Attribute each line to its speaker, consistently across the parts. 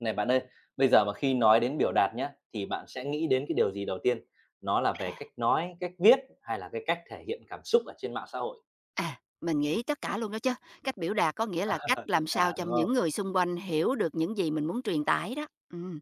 Speaker 1: Này bạn ơi, bây giờ mà khi nói đến biểu đạt nhá, thì bạn sẽ nghĩ đến cái điều gì đầu tiên? Nó là
Speaker 2: À,
Speaker 1: về cách nói, cách viết hay là cái cách thể hiện cảm xúc ở trên mạng xã hội?
Speaker 2: mình nghĩ tất cả luôn đó chứ. Cách biểu đạt có nghĩa là cách
Speaker 1: Và tất
Speaker 2: làm sao
Speaker 1: cả,
Speaker 2: cho
Speaker 1: đúng
Speaker 2: những
Speaker 1: không?
Speaker 2: người xung quanh hiểu được những gì mình muốn truyền tải đó. Ừm.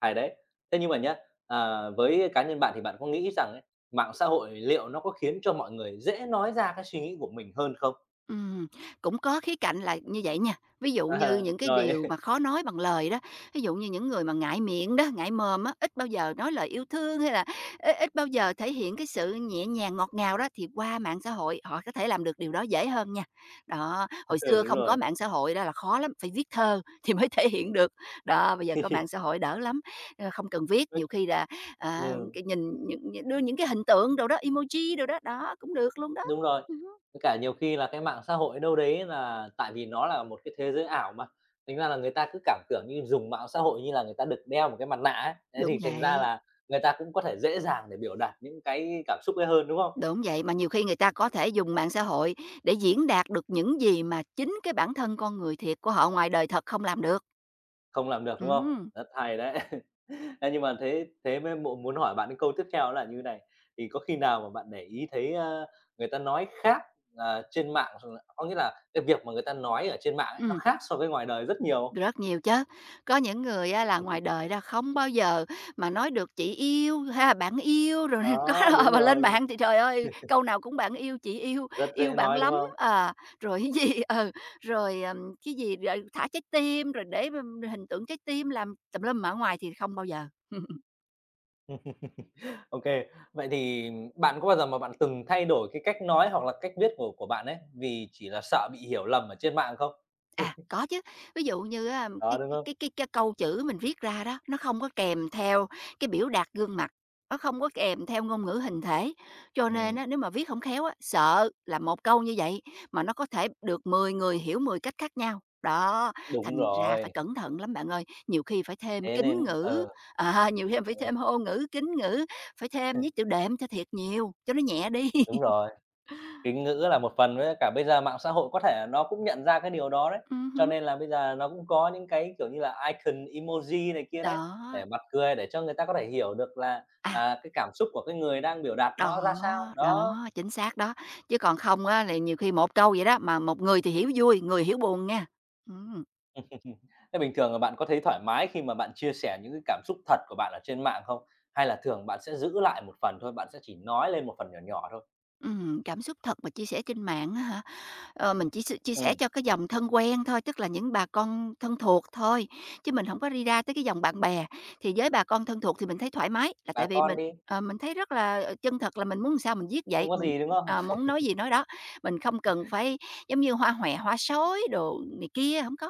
Speaker 1: Hay đấy. Thế nhưng mà nhá, với cá nhân bạn thì bạn có nghĩ rằng ấy, mạng xã hội liệu nó có khiến cho mọi người dễ nói ra cái suy nghĩ của mình hơn không?
Speaker 2: Ừm, Cũng có khía cạnh là như vậy nha. Ví dụ như những cái
Speaker 1: rồi,
Speaker 2: điều mà khó nói bằng lời đó, ví dụ như những người mà ngại miệng đó, ngại mồm á, ít bao giờ nói lời yêu thương hay là ít bao giờ thể hiện cái sự nhẹ nhàng, ngọt ngào đó, thì qua mạng xã hội họ có thể làm được điều đó dễ hơn nha. Đó, hồi
Speaker 1: ừ,
Speaker 2: xưa
Speaker 1: đúng
Speaker 2: không có
Speaker 1: rồi.
Speaker 2: mạng xã hội đó là khó lắm, phải viết thơ thì mới thể hiện được. Đó, bây giờ có mạng xã hội đỡ lắm, không cần viết, nhiều khi là,
Speaker 1: Ừ,
Speaker 2: cái nhìn những đưa những cái hình tượng đồ đó, emoji đồ đó, đó, cũng được luôn đó.
Speaker 1: đúng rồi.
Speaker 2: Ừm,
Speaker 1: Với cả nhiều khi là cái mạng xã hội đâu đấy là tại vì nó là một cái thế giới ảo mà, thành ra là người ta cứ cảm tưởng như dùng mạng xã hội như là người ta được đeo một cái mặt nạ ấy, thế
Speaker 2: đúng
Speaker 1: thì thành ra
Speaker 2: vậy.
Speaker 1: là người ta cũng có thể dễ dàng để biểu đạt những cái cảm xúc ấy hơn, đúng không?
Speaker 2: Đúng vậy, mà nhiều khi người ta có thể dùng mạng xã hội để diễn đạt được những gì mà chính cái bản thân con người thiệt của họ ngoài đời thật không làm được.
Speaker 1: Không làm được, đúng không?
Speaker 2: Ừm,
Speaker 1: Rất hay đấy. Ê, nhưng mà thế thế mới mộ muốn hỏi bạn cái câu tiếp theo là như này, thì có khi nào mà bạn để ý thấy, người ta nói khác, trên mạng có nghĩa là cái việc mà người ta nói ở trên mạng ấy, nó
Speaker 2: ừm,
Speaker 1: khác so với ngoài đời rất nhiều không?
Speaker 2: Rất nhiều chứ. Có những người á là ngoài đời ra không bao giờ mà nói được "chị yêu" ha, "bạn yêu" rồi
Speaker 1: Đó, đúng
Speaker 2: mà lên
Speaker 1: rồi,
Speaker 2: mạng thì trời ơi, câu nào cũng "bạn yêu", "chị yêu",
Speaker 1: rất
Speaker 2: "yêu
Speaker 1: dễ
Speaker 2: bạn
Speaker 1: nói, đúng
Speaker 2: lắm",
Speaker 1: không?
Speaker 2: rồi cái gì rồi, cái gì, rồi thả trái tim, rồi để, hình tượng trái tim làm tùm lum, mà ở ngoài thì không bao giờ.
Speaker 1: OK. Vậy thì bạn có bao giờ mà bạn từng thay đổi cái cách nói hoặc là cách viết của bạn ấy, vì chỉ là sợ bị hiểu lầm ở trên mạng không?
Speaker 2: À, có chứ. Ví dụ như á cái
Speaker 1: Đó, đúng
Speaker 2: cái
Speaker 1: không?
Speaker 2: cái cái cái câu chữ mình viết ra đó, nó không có kèm theo cái biểu đạt gương mặt, nó không có kèm theo ngôn ngữ hình thể, cho nên
Speaker 1: Ừm,
Speaker 2: á, nếu mà viết không khéo á, sợ là một câu như vậy mà nó có thể được 10 người hiểu 10 cách khác nhau. Đó,
Speaker 1: đúng
Speaker 2: thành ra phải
Speaker 1: rồi,
Speaker 2: cẩn thận lắm bạn ơi, nhiều khi phải thêm
Speaker 1: thế
Speaker 2: kính
Speaker 1: nên
Speaker 2: ngữ,
Speaker 1: ờ.
Speaker 2: nhiều khi phải
Speaker 1: Ừ,
Speaker 2: thêm hô ngữ, kính ngữ, phải thêm với chữ đệm cho thiệt nhiều, cho nó nhẹ đi.
Speaker 1: đúng rồi, kính ngữ là một phần với cả bây giờ mạng xã hội có thể là nó cũng nhận ra cái điều đó đấy, cho
Speaker 2: Hứm,
Speaker 1: nên là bây giờ nó cũng có những cái, kiểu như là, icon emoji này kia đấy,
Speaker 2: đó.
Speaker 1: để mặt cười để cho người ta có thể hiểu được là,
Speaker 2: À,
Speaker 1: cái cảm xúc của cái người đang biểu đạt nó
Speaker 2: đó,
Speaker 1: ra sao. Đó.
Speaker 2: đó, chính xác đó, chứ còn không á là nhiều khi một câu vậy đó, mà một người thì hiểu vui, người hiểu buồn nha. Ừm,
Speaker 1: Ừm. Thế bình thường là bạn có thấy thoải mái khi mà bạn chia sẻ những cái cảm xúc thật của bạn ở trên mạng không? Hay là thường bạn sẽ giữ lại một phần thôi, bạn sẽ chỉ nói lên một phần nhỏ nhỏ thôi?
Speaker 2: Cảm xúc thật mà chia sẻ trên mạng á hả? Ờ, mình chỉ chia sẻ
Speaker 1: Ừm,
Speaker 2: cho cái dòng thân quen thôi, tức là những bà con thân thuộc thôi, chứ mình không có đi ra tới cái dòng bạn bè. Thì với bà con thân thuộc thì mình thấy thoải mái, là tại
Speaker 1: bà
Speaker 2: vì
Speaker 1: con đi,
Speaker 2: mình thấy rất là, chân thật là mình muốn làm sao mình viết
Speaker 1: không
Speaker 2: vậy,
Speaker 1: có
Speaker 2: mình,
Speaker 1: gì, đúng không?
Speaker 2: muốn nói gì nói đó, mình không cần phải giống như hoa hòe, hoa sói đồ này kia, không có.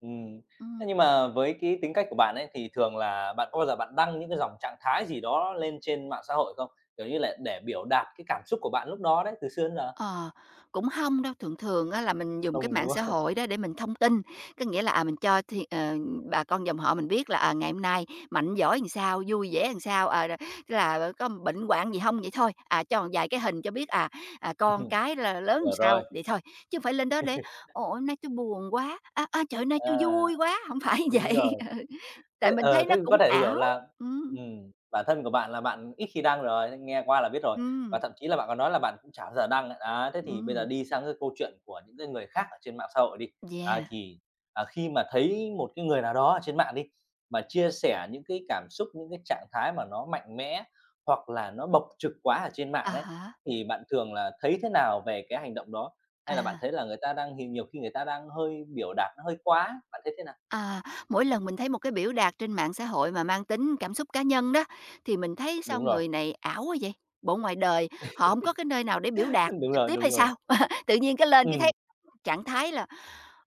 Speaker 1: Ừm.
Speaker 2: Ừm.
Speaker 1: Thế nhưng mà với cái tính cách của bạn ấy, thì thường là bạn có bao giờ bạn đăng những cái dòng trạng thái gì đó lên trên mạng xã hội không? Kiểu như là để biểu đạt cái cảm xúc của bạn lúc đó đấy, từ xưa đến giờ?
Speaker 2: Ờ, cũng không đâu, thường thường á là mình dùng cái
Speaker 1: Không,
Speaker 2: mạng
Speaker 1: đúng
Speaker 2: xã
Speaker 1: không?
Speaker 2: hội đó để mình thông tin, có nghĩa là, mình cho thì bà con dòng họ mình biết là, ngày hôm nay mạnh giỏi làm sao, vui vẻ làm sao, rồi tức là có bệnh hoạn gì không vậy thôi, cho một vài cái hình cho biết, con cái là lớn làm
Speaker 1: Hiểu rồi.
Speaker 2: sao vậy thôi, chứ không phải lên đó để "Ồ, hôm nay tôi buồn quá", "A, a, trời, hôm nay tôi
Speaker 1: À,
Speaker 2: vui quá", không phải
Speaker 1: đúng
Speaker 2: vậy.
Speaker 1: rồi.
Speaker 2: Ừ, tại
Speaker 1: Thế
Speaker 2: mình
Speaker 1: ờ,
Speaker 2: thấy nó
Speaker 1: thế
Speaker 2: cũng
Speaker 1: có thể hiểu
Speaker 2: ảo.
Speaker 1: là
Speaker 2: Ừm,
Speaker 1: bản thân của bạn là bạn ít khi đăng rồi, nên nghe qua là biết rồi. Và
Speaker 2: ừm,
Speaker 1: thậm chí là bạn còn nói là bạn cũng chả bao giờ đăng, ấy. Á, thế thì bây giờ
Speaker 2: ừm,
Speaker 1: đi sang cái câu chuyện của những cái người khác ở trên mạng xã hội đi. Đấy,
Speaker 2: yeah,
Speaker 1: thì, khi mà thấy một cái người nào đó ở trên mạng đi, mà chia sẻ những cái cảm xúc, những cái trạng thái mà nó mạnh mẽ, hoặc là nó bộc trực quá ở trên
Speaker 2: à
Speaker 1: mạng đấy,
Speaker 2: há,
Speaker 1: thì bạn thường là thấy thế nào về cái hành động đó? Hay là bạn
Speaker 2: à.
Speaker 1: thấy là người ta đang thì nhiều khi người ta đang hơi biểu đạt nó hơi quá, bạn thấy thế nào?
Speaker 2: À, mỗi lần mình thấy một cái biểu đạt trên mạng xã hội mà mang tính cảm xúc cá nhân đó, thì mình thấy sao
Speaker 1: Đúng rồi,
Speaker 2: người này ảo quá vậy? Bộ ngoài đời họ không có cái nơi nào để biểu đạt
Speaker 1: đúng
Speaker 2: trực
Speaker 1: rồi,
Speaker 2: tiếp hay
Speaker 1: đúng rồi.
Speaker 2: sao? Tự nhiên cái lên cái
Speaker 1: Ừm,
Speaker 2: thấy trạng thái là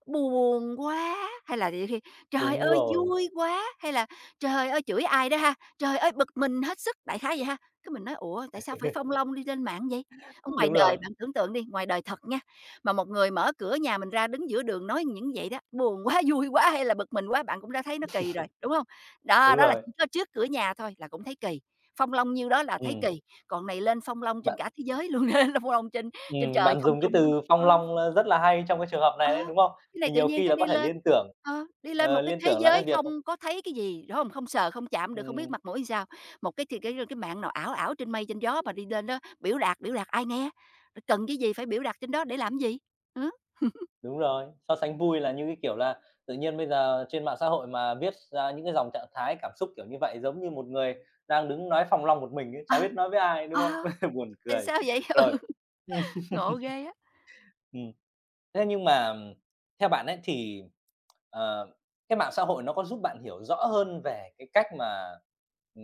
Speaker 2: "Buồn quá!" hay là nhiều khi "Trời
Speaker 1: đúng
Speaker 2: ơi,
Speaker 1: rồi,
Speaker 2: vui quá!" hay là "Trời ơi!" chửi ai đó ha, "Trời ơi, bực mình hết sức!" đại khái vậy ha. Cái mình nói: "Ủa, tại sao phải phong long đi lên mạng vậy?" Ở ngoài
Speaker 1: đúng
Speaker 2: đời
Speaker 1: rồi,
Speaker 2: bạn tưởng tượng đi, ngoài đời thật nha, mà một người mở cửa nhà mình ra đứng giữa đường nói những vậy đó, buồn quá, vui quá hay là bực mình quá bạn cũng đã thấy nó kỳ rồi, đúng không? Đó,
Speaker 1: đúng
Speaker 2: đó là
Speaker 1: rồi.
Speaker 2: chỉ có trước cửa nhà thôi là cũng thấy kỳ, phong long nhiêu đó là thấy
Speaker 1: Ừm,
Speaker 2: kỳ, còn này lên phong long trên
Speaker 1: bạn
Speaker 2: cả thế giới luôn, lên phong long trên trên trời
Speaker 1: bạn
Speaker 2: không
Speaker 1: dùng cái
Speaker 2: trung lắm.
Speaker 1: từ
Speaker 2: Ờ,
Speaker 1: phong long, rất là hay trong cái trường hợp
Speaker 2: ờ,
Speaker 1: này đấy, đúng không?
Speaker 2: cái này
Speaker 1: Thì
Speaker 2: tự
Speaker 1: nhiều
Speaker 2: nhiên
Speaker 1: khi
Speaker 2: cái
Speaker 1: là
Speaker 2: đi
Speaker 1: có thể
Speaker 2: lên,
Speaker 1: liên tưởng,
Speaker 2: ờ, đi lên một cái
Speaker 1: liên
Speaker 2: thế
Speaker 1: tưởng là cái
Speaker 2: giới
Speaker 1: việc
Speaker 2: không có thấy cái gì, đúng không? Không sờ, không chạm được, không biết
Speaker 1: ừm,
Speaker 2: mặt mũi làm sao, một cái thì cái mạng nào ảo ảo trên mây trên gió mà đi lên đó biểu đạt ai nghe? Cần cái gì phải biểu đạt trên đó để làm gì? Hử?
Speaker 1: đúng rồi, so sánh vui là như cái kiểu là tự nhiên bây giờ trên mạng xã hội mà viết ra những cái dòng trạng thái cảm xúc kiểu như vậy, giống như một người đang đứng nói phong long một mình ấy,
Speaker 2: Ờ,
Speaker 1: chả biết nói với ai, đúng
Speaker 2: ờ,
Speaker 1: không? Buồn cười.
Speaker 2: Sao vậy? Ừ,
Speaker 1: Rồi. Ừm,
Speaker 2: ngộ ghê á.
Speaker 1: ừm. Thế nhưng mà theo bạn ấy thì, ờ, cái mạng xã hội nó có giúp bạn hiểu rõ hơn về cái cách mà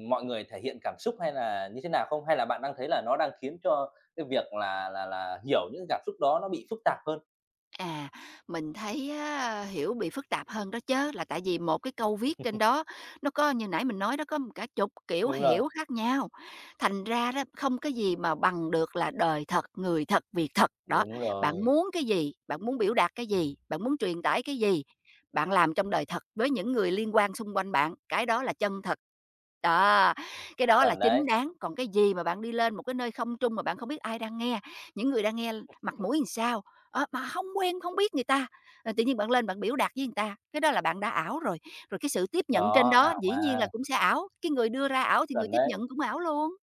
Speaker 1: mọi người thể hiện cảm xúc hay là như thế nào không? Hay là bạn đang thấy là nó đang khiến cho cái việc là hiểu những cảm xúc đó nó bị phức tạp hơn?
Speaker 2: À, mình thấy á, hiểu bị phức tạp hơn đó chứ là tại vì một cái câu viết trên đó nó có như nãy mình nói đó, có một cả chục kiểu
Speaker 1: Đúng rồi,
Speaker 2: hiểu khác nhau. Thành ra đó, không cái gì mà bằng được là đời thật, người thật, việc thật. Đó,
Speaker 1: đúng
Speaker 2: bạn
Speaker 1: rồi,
Speaker 2: muốn cái gì? Bạn muốn biểu đạt cái gì? Bạn muốn truyền tải cái gì? Bạn làm trong đời thật với những người liên quan xung quanh bạn, cái đó là chân thật. Đó, cái đó là
Speaker 1: chuẩn
Speaker 2: chính
Speaker 1: đấy,
Speaker 2: đáng, còn cái gì mà bạn đi lên một cái nơi không trung mà bạn không biết ai đang nghe, những người đang nghe mặt mũi làm sao? Ờ, mà không quen, không biết người ta, tự nhiên bạn lên bạn biểu đạt với người ta, cái đó là bạn đã ảo rồi. Rồi cái sự tiếp nhận trên
Speaker 1: đó,
Speaker 2: đó
Speaker 1: ảo
Speaker 2: dĩ nhiên
Speaker 1: mà,
Speaker 2: là cũng sẽ ảo, cái người đưa ra ảo thì người
Speaker 1: chuẩn
Speaker 2: tiếp
Speaker 1: đấy.
Speaker 2: nhận cũng ảo luôn,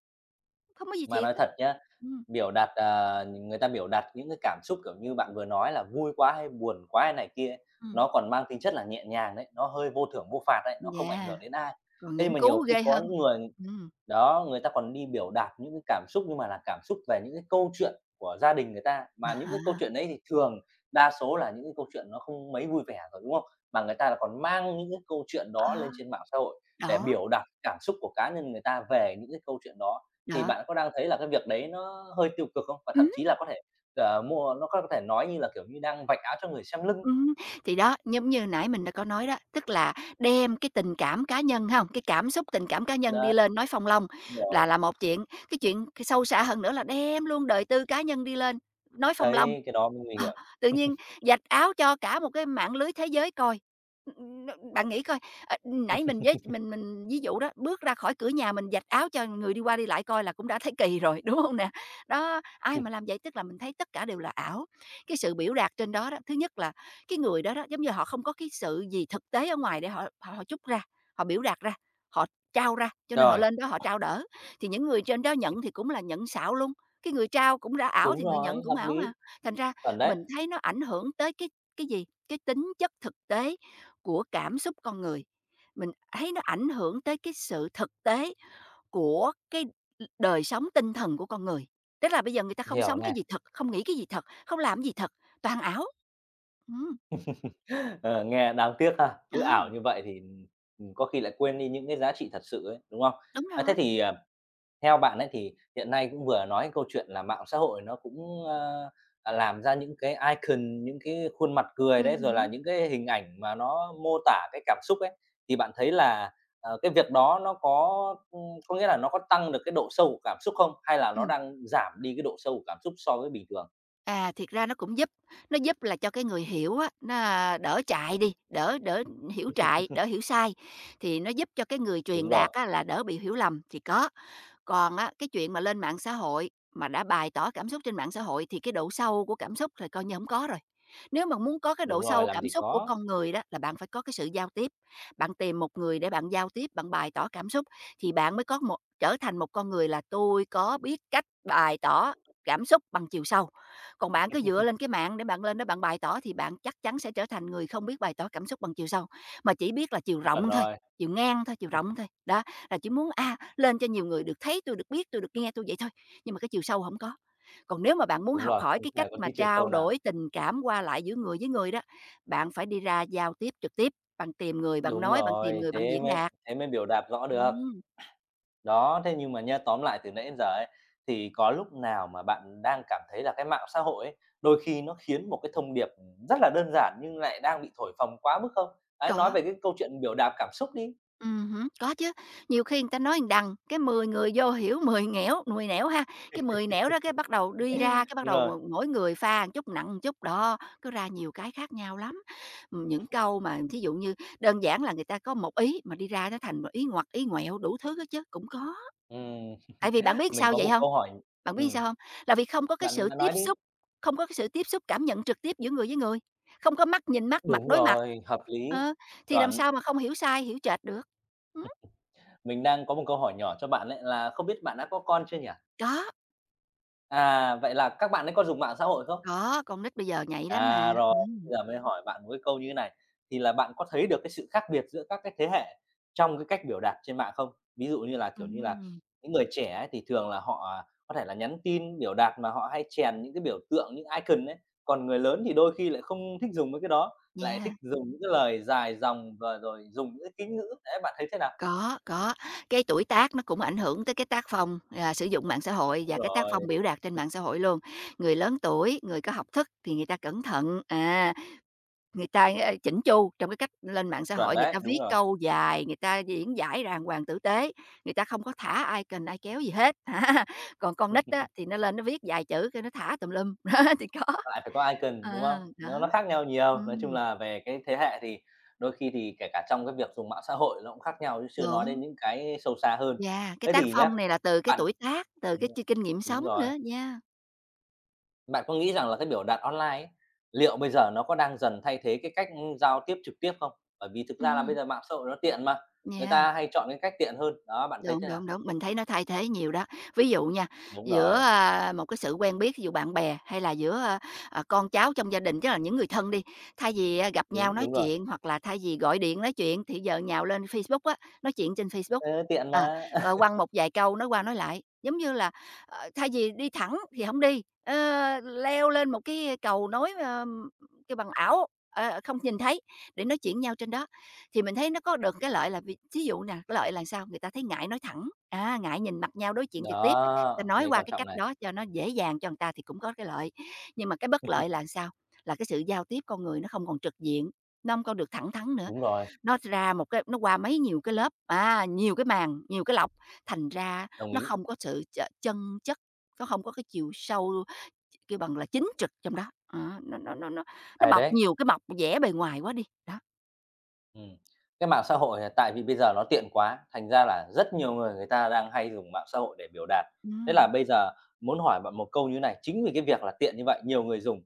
Speaker 2: không có gì
Speaker 1: Mà
Speaker 2: thiệt
Speaker 1: nói
Speaker 2: á.
Speaker 1: thật nhá,
Speaker 2: Ừm.
Speaker 1: biểu đạt, người ta biểu đạt những cái cảm xúc, kiểu như, bạn vừa nói là vui quá hay buồn quá hay này kia ấy,
Speaker 2: Ừm.
Speaker 1: nó còn mang tính chất là nhẹ nhàng đấy, nó hơi vô thưởng vô phạt đấy, nó không ảnh
Speaker 2: Yeah,
Speaker 1: hưởng đến ai.
Speaker 2: còn
Speaker 1: Thế nhưng
Speaker 2: những
Speaker 1: mà nhiều
Speaker 2: cú
Speaker 1: khi
Speaker 2: ghê
Speaker 1: có
Speaker 2: hơn.
Speaker 1: những người
Speaker 2: Ừm,
Speaker 1: đó, người ta còn đi biểu đạt những cái cảm xúc nhưng mà là cảm xúc về những cái câu chuyện của gia đình người ta,
Speaker 2: à
Speaker 1: mà những cái câu
Speaker 2: há,
Speaker 1: chuyện đấy thì thường đa số là những cái câu chuyện nó không mấy vui vẻ rồi, đúng không? Mà người ta là còn mang những cái câu chuyện đó
Speaker 2: ờ,
Speaker 1: lên trên mạng xã hội để
Speaker 2: đó,
Speaker 1: biểu đạt cảm xúc của cá nhân người ta về những cái câu chuyện đó. Thì
Speaker 2: đó,
Speaker 1: bạn có đang thấy là cái việc đấy nó hơi tiêu cực không? Và thậm
Speaker 2: ừm.
Speaker 1: chí là có thể, ờ, mua nó có thể nói như là, kiểu như, đang vạch áo cho người xem lưng.
Speaker 2: Ừm, thì đó, giống như nãy mình đã có nói đó, tức là đem cái tình cảm cá nhân không cái cảm xúc, tình cảm cá nhân đi
Speaker 1: Đấy,
Speaker 2: lên nói phong long là
Speaker 1: rồi,
Speaker 2: là một chuyện, cái chuyện sâu xa hơn nữa là đem luôn đời tư cá nhân đi lên, nói phong long.
Speaker 1: đấy, cái đó mới nguy
Speaker 2: Ờ,
Speaker 1: hiểm.
Speaker 2: tự nhiên vạch áo cho cả một cái mạng lưới thế giới coi. Ừm, Bạn nghĩ coi, nãy mình với mình ví dụ đó, bước ra khỏi cửa nhà mình vạch áo cho người đi qua đi lại coi là cũng đã thấy kỳ rồi, đúng không nè? Đó, ai
Speaker 1: Ừm,
Speaker 2: mà làm vậy tức là mình thấy tất cả đều là ảo. Cái sự biểu đạt trên đó đó, thứ nhất là cái người đó đó, giống như họ không có cái sự gì thực tế ở ngoài để họ họ họ trút ra, họ biểu đạt ra, họ trao ra, cho nên họ
Speaker 1: rồi,
Speaker 2: lên đó họ trao đỡ. Thì những người trên đó nhận thì cũng là nhận xạo luôn, cái người trao cũng đã ảo thì
Speaker 1: đúng
Speaker 2: người nhận
Speaker 1: rồi,
Speaker 2: cũng
Speaker 1: hợp
Speaker 2: ảo mà.
Speaker 1: lý,
Speaker 2: Thành ra
Speaker 1: chuẩn đấy,
Speaker 2: mình thấy nó ảnh hưởng tới cái gì? Cái tính chất thực tế của cảm xúc con người. Mình thấy nó ảnh hưởng tới cái sự thực tế của cái đời sống tinh thần của con người. Tức là bây giờ người ta không
Speaker 1: hiểu
Speaker 2: sống cái
Speaker 1: nè.
Speaker 2: gì thật, không nghĩ cái gì thật, không làm cái gì thật, toàn ảo. Ừm.
Speaker 1: Ờ, nghe đáng tiếc ha,
Speaker 2: Ờ,
Speaker 1: cứ ảo như vậy thì, có khi lại quên đi những cái giá trị thật sự ấy, đúng không?
Speaker 2: đúng
Speaker 1: A, thế
Speaker 2: rồi.
Speaker 1: thì, theo bạn ấy thì hiện nay cũng vừa nói câu chuyện là mạng xã hội nó cũng, làm ra những cái icon, những cái khuôn mặt cười đấy, rồi là
Speaker 2: Hứm.
Speaker 1: những cái hình ảnh mà nó mô tả cái cảm xúc ấy, thì bạn thấy là, cái việc đó nó có, có nghĩa là nó có tăng được cái độ sâu của cảm xúc không? Hay là nó
Speaker 2: Ừm.
Speaker 1: đang giảm đi cái độ sâu của cảm xúc so với bình thường?
Speaker 2: À, thiệt ra nó cũng giúp, nó giúp là cho cái người hiểu á, nó, đỡ chạy đi, đỡ đỡ hiểu trại, đỡ hiểu sai, thì nó giúp cho cái người truyền
Speaker 1: Đúng
Speaker 2: đạt
Speaker 1: rồi,
Speaker 2: á là đỡ bị hiểu lầm, thì có. Còn á, cái chuyện mà lên mạng xã hội, mà đã bày tỏ cảm xúc trên mạng xã hội thì cái độ sâu của cảm xúc thì coi như không có rồi. Nếu mà muốn có cái độ
Speaker 1: đúng rồi,
Speaker 2: sâu
Speaker 1: làm
Speaker 2: cảm
Speaker 1: gì
Speaker 2: xúc của
Speaker 1: có,
Speaker 2: con người đó là bạn phải có cái sự giao tiếp, bạn tìm một người để bạn giao tiếp, bạn bày tỏ cảm xúc thì bạn mới có một trở thành một con người là "Tôi có biết cách bày tỏ cảm xúc bằng chiều sâu." Còn bạn cứ dựa lên cái mạng để bạn lên đó bạn bày tỏ thì bạn chắc chắn sẽ trở thành người không biết bày tỏ cảm xúc bằng chiều sâu, mà chỉ biết là chiều
Speaker 1: chuẩn
Speaker 2: rộng thôi,
Speaker 1: rồi.
Speaker 2: chiều ngang thôi, chiều rộng thôi. Đó, là chỉ muốn, lên cho nhiều người được thấy, tôi được biết, tôi được nghe, tôi vậy thôi, nhưng mà cái chiều sâu không có. Còn nếu mà bạn muốn
Speaker 1: Đúng
Speaker 2: học
Speaker 1: rồi,
Speaker 2: hỏi
Speaker 1: không
Speaker 2: cái cách
Speaker 1: hề có
Speaker 2: mà
Speaker 1: tí chiều
Speaker 2: trao
Speaker 1: sâu nào.
Speaker 2: đổi tình cảm qua lại giữa người với người đó, bạn phải đi ra giao tiếp trực tiếp, bạn tìm người bạn
Speaker 1: Đúng
Speaker 2: nói, bạn tìm
Speaker 1: rồi,
Speaker 2: người bạn diễn đạt.
Speaker 1: thế mới biểu đạt rõ được.
Speaker 2: Ừm,
Speaker 1: Đó, thế nhưng mà nhá, tóm lại từ nãy đến giờ ấy, thì có lúc nào mà bạn đang cảm thấy là cái mạng xã hội ấy, đôi khi nó khiến một cái thông điệp, rất là đơn giản nhưng lại đang bị thổi phồng quá mức không? Ấy, nói
Speaker 2: có.
Speaker 1: về cái câu chuyện biểu đạt cảm xúc đi.
Speaker 2: Hứm, có chứ, nhiều khi người ta nói một đằng, cái 10 người vô hiểu 10 nghẻo 10 nẻo ha, cái 10 nẻo đó cái bắt đầu đi ra, cái bắt
Speaker 1: Đúng rồi,
Speaker 2: đầu mỗi người pha một chút nặng một chút, đó, cứ ra nhiều cái khác nhau lắm. Những câu mà thí dụ như đơn giản là người ta có một ý mà đi ra nó thành một ý ngoặt, ý ngoẹo đủ thứ hết chớ, cũng có.
Speaker 1: ừm,
Speaker 2: Tại vì bạn biết
Speaker 1: mình
Speaker 2: sao
Speaker 1: có
Speaker 2: vậy
Speaker 1: một
Speaker 2: hông?
Speaker 1: câu hỏi
Speaker 2: Bạn biết sao
Speaker 1: ừm,
Speaker 2: hông? Là vì không có cái
Speaker 1: bạn
Speaker 2: sự
Speaker 1: bạn
Speaker 2: tiếp
Speaker 1: nói đi.
Speaker 2: xúc, không có cái sự tiếp xúc cảm nhận trực tiếp giữa người với người, không có mắt nhìn mắt, mặt
Speaker 1: Đúng
Speaker 2: đối mặt.
Speaker 1: rồi, hợp lý,
Speaker 2: Ờ, thì làm
Speaker 1: chuẩn.
Speaker 2: sao mà không hiểu sai, hiểu chệch được. Ừm,
Speaker 1: Mình đang có một câu hỏi nhỏ cho bạn ấy, là không biết bạn đã có con chưa nhỉ?
Speaker 2: đó.
Speaker 1: À, vậy là các bạn ấy có dùng mạng xã hội không?
Speaker 2: Có, con nít bây giờ nhạy lắm mà.
Speaker 1: À, rồi, bây giờ mới hỏi bạn một cái câu như thế này, thì là bạn có thấy được cái sự khác biệt giữa các cái thế hệ trong cái cách biểu đạt trên mạng không? Ví dụ như là, kiểu như là,
Speaker 2: Ừm,
Speaker 1: những người trẻ ấy thì thường là họ, có thể là nhắn tin biểu đạt mà họ hay chèn những cái biểu tượng, những icon ấy, còn người lớn thì đôi khi lại không thích dùng mấy cái đó, lại thích
Speaker 2: yeah,
Speaker 1: dùng những cái lời dài dòng và rồi dùng những cái kính ngữ, đấy, bạn thấy thế nào?
Speaker 2: có, có. Cái tuổi tác nó cũng ảnh hưởng tới cái tác phong, sử dụng mạng xã hội
Speaker 1: Đúng
Speaker 2: và cái tác
Speaker 1: rồi,
Speaker 2: phong biểu đạt trên mạng xã hội luôn. Người lớn tuổi, người có học thức thì người ta cẩn thận, người ta, chỉn chu trong cái cách lên mạng xã
Speaker 1: chuẩn
Speaker 2: hội, người
Speaker 1: đấy,
Speaker 2: ta
Speaker 1: đúng
Speaker 2: viết
Speaker 1: rồi.
Speaker 2: câu dài, người ta diễn giải đàng hoàng tử tế, người ta không có thả ai cần ai kéo gì hết, á. Còn con nít á, thì nó lên nó viết vài chữ cái nó thả tùm lum, đó, thì có.
Speaker 1: Lại phải có icon, đúng
Speaker 2: Ờ,
Speaker 1: không? Nó
Speaker 2: đó,
Speaker 1: nó khác nhau nhiều, nói chung
Speaker 2: ừm,
Speaker 1: là về cái thế hệ thì đôi khi thì kể cả trong cái việc dùng mạng xã hội nó cũng khác nhau chứ chưa nói
Speaker 2: đúng.
Speaker 1: đến những cái sâu xa hơn.
Speaker 2: Yeah, cái
Speaker 1: Thế
Speaker 2: tác
Speaker 1: thì nhá,
Speaker 2: phong này là từ cái
Speaker 1: bạn
Speaker 2: tuổi tác, từ
Speaker 1: ừm,
Speaker 2: cái kinh nghiệm sống
Speaker 1: đúng rồi,
Speaker 2: nữa nha.
Speaker 1: bạn có nghĩ rằng là cái biểu đạt online ấy, liệu bây giờ nó có đang dần thay thế cái cách, giao tiếp trực tiếp không? Bởi vì thực ra là bây
Speaker 2: Ừm,
Speaker 1: giờ mạng xã hội nó tiện mà, người
Speaker 2: yeah.
Speaker 1: ta hay chọn cái cách tiện hơn, đó, bạn thấy
Speaker 2: Đúng,
Speaker 1: thế nào?
Speaker 2: đúng, đúng, mình thấy nó thay thế nhiều đó. Ví dụ nha,
Speaker 1: Đúng
Speaker 2: giữa,
Speaker 1: rồi,
Speaker 2: một cái sự quen biết, thí dụ bạn bè hay là giữa, con cháu trong gia đình, tức là những người thân đi, thay vì, gặp nhau
Speaker 1: đúng,
Speaker 2: nói
Speaker 1: đúng rồi,
Speaker 2: chuyện hoặc là thay vì gọi điện nói chuyện thì giờ nhào lên Facebook á, nói chuyện trên Facebook,
Speaker 1: ơ, tiện
Speaker 2: à,
Speaker 1: mà.
Speaker 2: rồi quăng một vài câu nói qua nói lại. Giống như là, thay vì đi thẳng thì không đi, leo lên một cái cầu nối, kêu bằng, ảo, không nhìn thấy để nói chuyện nhau trên đó. Thì mình thấy nó có được cái lợi là vì thí dụ nè, cái lợi là sao? Người ta thấy ngại nói thẳng, ngại nhìn mặt nhau đối chuyện trực tiếp, ta
Speaker 1: Đó, cái
Speaker 2: nói
Speaker 1: đấy
Speaker 2: qua
Speaker 1: quan
Speaker 2: cái
Speaker 1: trọng
Speaker 2: cách
Speaker 1: này.
Speaker 2: đó cho nó dễ dàng cho người ta thì cũng có cái lợi. Nhưng mà cái bất lợi là sao? Là cái sự giao tiếp con người nó không còn trực diện, nó không còn được thẳng thắn nữa,
Speaker 1: Đúng rồi,
Speaker 2: nó ra một cái nó qua mấy nhiều cái lớp, nhiều cái màng, nhiều cái lọc, thành ra
Speaker 1: đồng
Speaker 2: nó
Speaker 1: ý,
Speaker 2: không có sự chân chất, nó không có cái chiều sâu, kêu bằng là, chính trực trong đó, đó, nó
Speaker 1: hay
Speaker 2: bọc
Speaker 1: đấy.
Speaker 2: nhiều cái bọc vẻ bề ngoài quá đi, đó.
Speaker 1: Ừm. Cái mạng xã hội, tại vì bây giờ nó tiện quá, thành ra là rất nhiều người người ta đang hay dùng mạng xã hội để biểu đạt. Thế là
Speaker 2: Ừm.
Speaker 1: bây giờ muốn hỏi bạn một câu như này, chính vì cái việc là tiện như vậy, nhiều người dùng,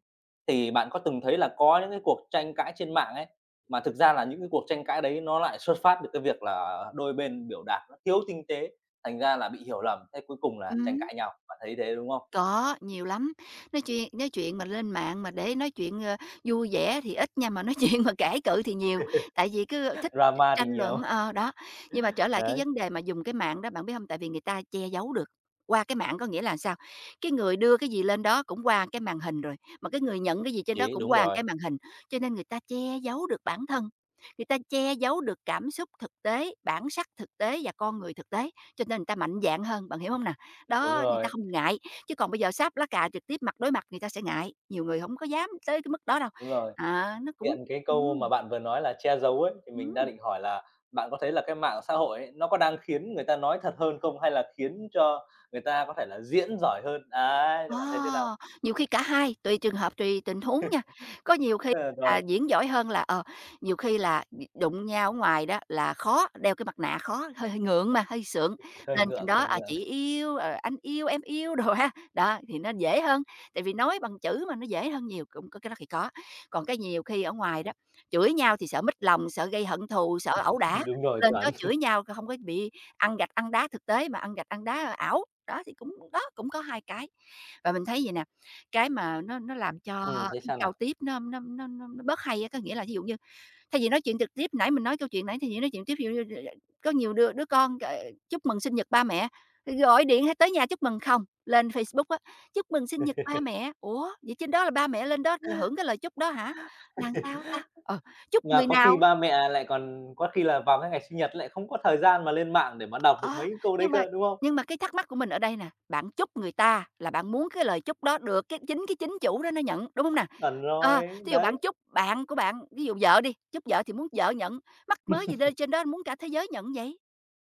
Speaker 1: thì bạn có từng thấy là có những cái cuộc tranh cãi trên mạng ấy, mà thực ra là những cái cuộc tranh cãi đấy nó lại xuất phát từ cái việc là đôi bên biểu đạt nó thiếu tinh tế, thành ra là bị hiểu lầm, thế cuối cùng là tranh
Speaker 2: Ừm.
Speaker 1: cãi nhau, bạn thấy thế, đúng không?
Speaker 2: Có, nhiều lắm. Nói chuyện mà lên mạng mà để nói chuyện, vui vẻ thì ít nha, mà nói chuyện mà cãi cự thì nhiều, tại vì cứ thích
Speaker 1: Drama thì
Speaker 2: tranh
Speaker 1: nhiều.
Speaker 2: luận đó. Nhưng mà trở lại cái
Speaker 1: Đấy.
Speaker 2: vấn đề mà dùng cái mạng đó, bạn biết không? Tại vì người ta che giấu được. Qua cái mạng có nghĩa là sao? Cái người đưa cái gì lên đó cũng qua cái màn hình rồi, mà cái người nhận cái gì trên đó
Speaker 1: Đấy,
Speaker 2: cũng
Speaker 1: đúng
Speaker 2: qua
Speaker 1: rồi.
Speaker 2: cái màn hình, cho nên người ta che giấu được bản thân, người ta che giấu được cảm xúc thực tế, bản sắc thực tế và con người thực tế, cho nên người ta mạnh dạn hơn, bạn hiểu không nào?
Speaker 1: Đúng
Speaker 2: Đó, người ta
Speaker 1: rồi,
Speaker 2: không ngại, chứ còn bây giờ sáp lá cà trực tiếp mặt đối mặt người ta sẽ ngại, nhiều người không có dám tới cái mức đó đâu.
Speaker 1: đúng rồi.
Speaker 2: À, nó cũng
Speaker 1: Hiện cái câu
Speaker 2: ừm,
Speaker 1: mà bạn vừa nói là che giấu ấy, thì mình đang
Speaker 2: ừm.
Speaker 1: định hỏi là bạn có thấy là cái mạng xã hội ấy, nó có đang khiến người ta nói thật hơn không? Hay là khiến cho người ta có thể là diễn giỏi hơn? Đấy, thì
Speaker 2: Ờ,
Speaker 1: bạn thấy thế nào?
Speaker 2: nhiều khi cả hai, tùy trường hợp, tùy tình huống nha. Có nhiều khi
Speaker 1: Ờ,
Speaker 2: là
Speaker 1: rồi,
Speaker 2: diễn giỏi hơn là, nhiều khi là đụng nhau ở ngoài đó là khó, đeo cái mặt nạ khó, hơi hơi ngượng mà, hơi sượng,
Speaker 1: hơi
Speaker 2: lên trên
Speaker 1: ngượng,
Speaker 2: đó,
Speaker 1: hơi ngượng.
Speaker 2: "Chị yêu", ờ, "Anh yêu", "Em yêu" đồ ha. Đó, thì nó dễ hơn, tại vì nói bằng chữ mà, nó dễ hơn nhiều, cũng có cái đó thì có. Còn cái nhiều khi ở ngoài đó, chửi nhau thì sợ mít lòng, sợ gây hận thù, sợ ẩu đả,
Speaker 1: Đúng rồi,
Speaker 2: lên đó
Speaker 1: chuẩn.
Speaker 2: chửi nhau không có bị ăn gạch ăn đá thực tế mà ăn gạch ăn đá ảo. Đó, thì cũng đó, cũng có hai cái. Và mình thấy vậy nè, cái mà nó làm cho
Speaker 1: Ừ, thế
Speaker 2: cái
Speaker 1: sao nào?
Speaker 2: giao tiếp nó bớt hay á, có nghĩa là thí dụ như thay vì nói chuyện trực tiếp, nãy mình nói câu chuyện nãy thay vì nói chuyện tiếp, ví dụ như có nhiều đứa đứa con, chúc mừng sinh nhật ba mẹ, thì gọi điện hay tới nhà chúc mừng, không, lên Facebook á, "Chúc mừng sinh nhật ba mẹ", ủa, vậy trên đó là ba mẹ lên đó là hưởng cái lời chúc đó hả? Là sao ta? Ờ, chúc
Speaker 1: Mà
Speaker 2: người
Speaker 1: có khi
Speaker 2: nào?
Speaker 1: ba mẹ lại còn có khi là vào cái ngày sinh nhật lại không có thời gian mà lên mạng để mà đọc được
Speaker 2: Ờ,
Speaker 1: mấy câu đấy
Speaker 2: nhưng mà
Speaker 1: cơ, đúng không?
Speaker 2: nhưng mà cái thắc mắc của mình ở đây nè, bạn chúc người ta là bạn muốn cái lời chúc đó được cái chính chủ đó nó nhận, đúng không nè?
Speaker 1: Chuẩn
Speaker 2: Ờ,
Speaker 1: rồi,
Speaker 2: thí dụ
Speaker 1: đấy.
Speaker 2: bạn chúc bạn của bạn, ví dụ vợ đi, chúc vợ thì muốn vợ nhận, mắc mớ gì lên trên đó muốn cả thế giới nhận vậy?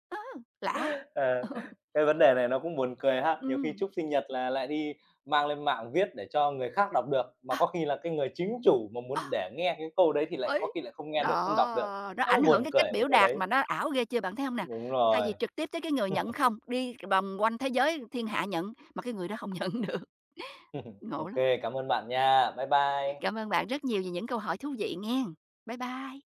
Speaker 2: Ơ, lạ!
Speaker 1: Ờ,
Speaker 2: Ừ,
Speaker 1: cái vấn đề này nó cũng buồn cười ha. Nhiều khi
Speaker 2: ừm,
Speaker 1: chúc sinh nhật là lại đi mang lên mạng viết để cho người khác đọc được, mà
Speaker 2: ờ,
Speaker 1: có khi là cái người chính chủ mà
Speaker 2: ờ,
Speaker 1: muốn để nghe cái câu đấy thì lại có
Speaker 2: bởi
Speaker 1: khi lại không nghe được, không đọc được.
Speaker 2: đó, nó
Speaker 1: Rất là
Speaker 2: ảnh hưởng
Speaker 1: buồn
Speaker 2: cái
Speaker 1: cười
Speaker 2: cách
Speaker 1: cái
Speaker 2: biểu
Speaker 1: chỗ
Speaker 2: đạt
Speaker 1: đấy.
Speaker 2: mà nó ảo ghê chưa, bạn thấy không nè?
Speaker 1: Đúng
Speaker 2: Thay vì
Speaker 1: rồi.
Speaker 2: trực tiếp tới cái người nhận không, đi vòng quanh thế giới, thiên hạ nhận, mà cái người đó không nhận được, ngộ
Speaker 1: ok
Speaker 2: lắm.
Speaker 1: cảm ơn bạn nha. Bye bye.
Speaker 2: Cảm ơn bạn rất nhiều vì những câu hỏi thú vị nghe. Bye bye.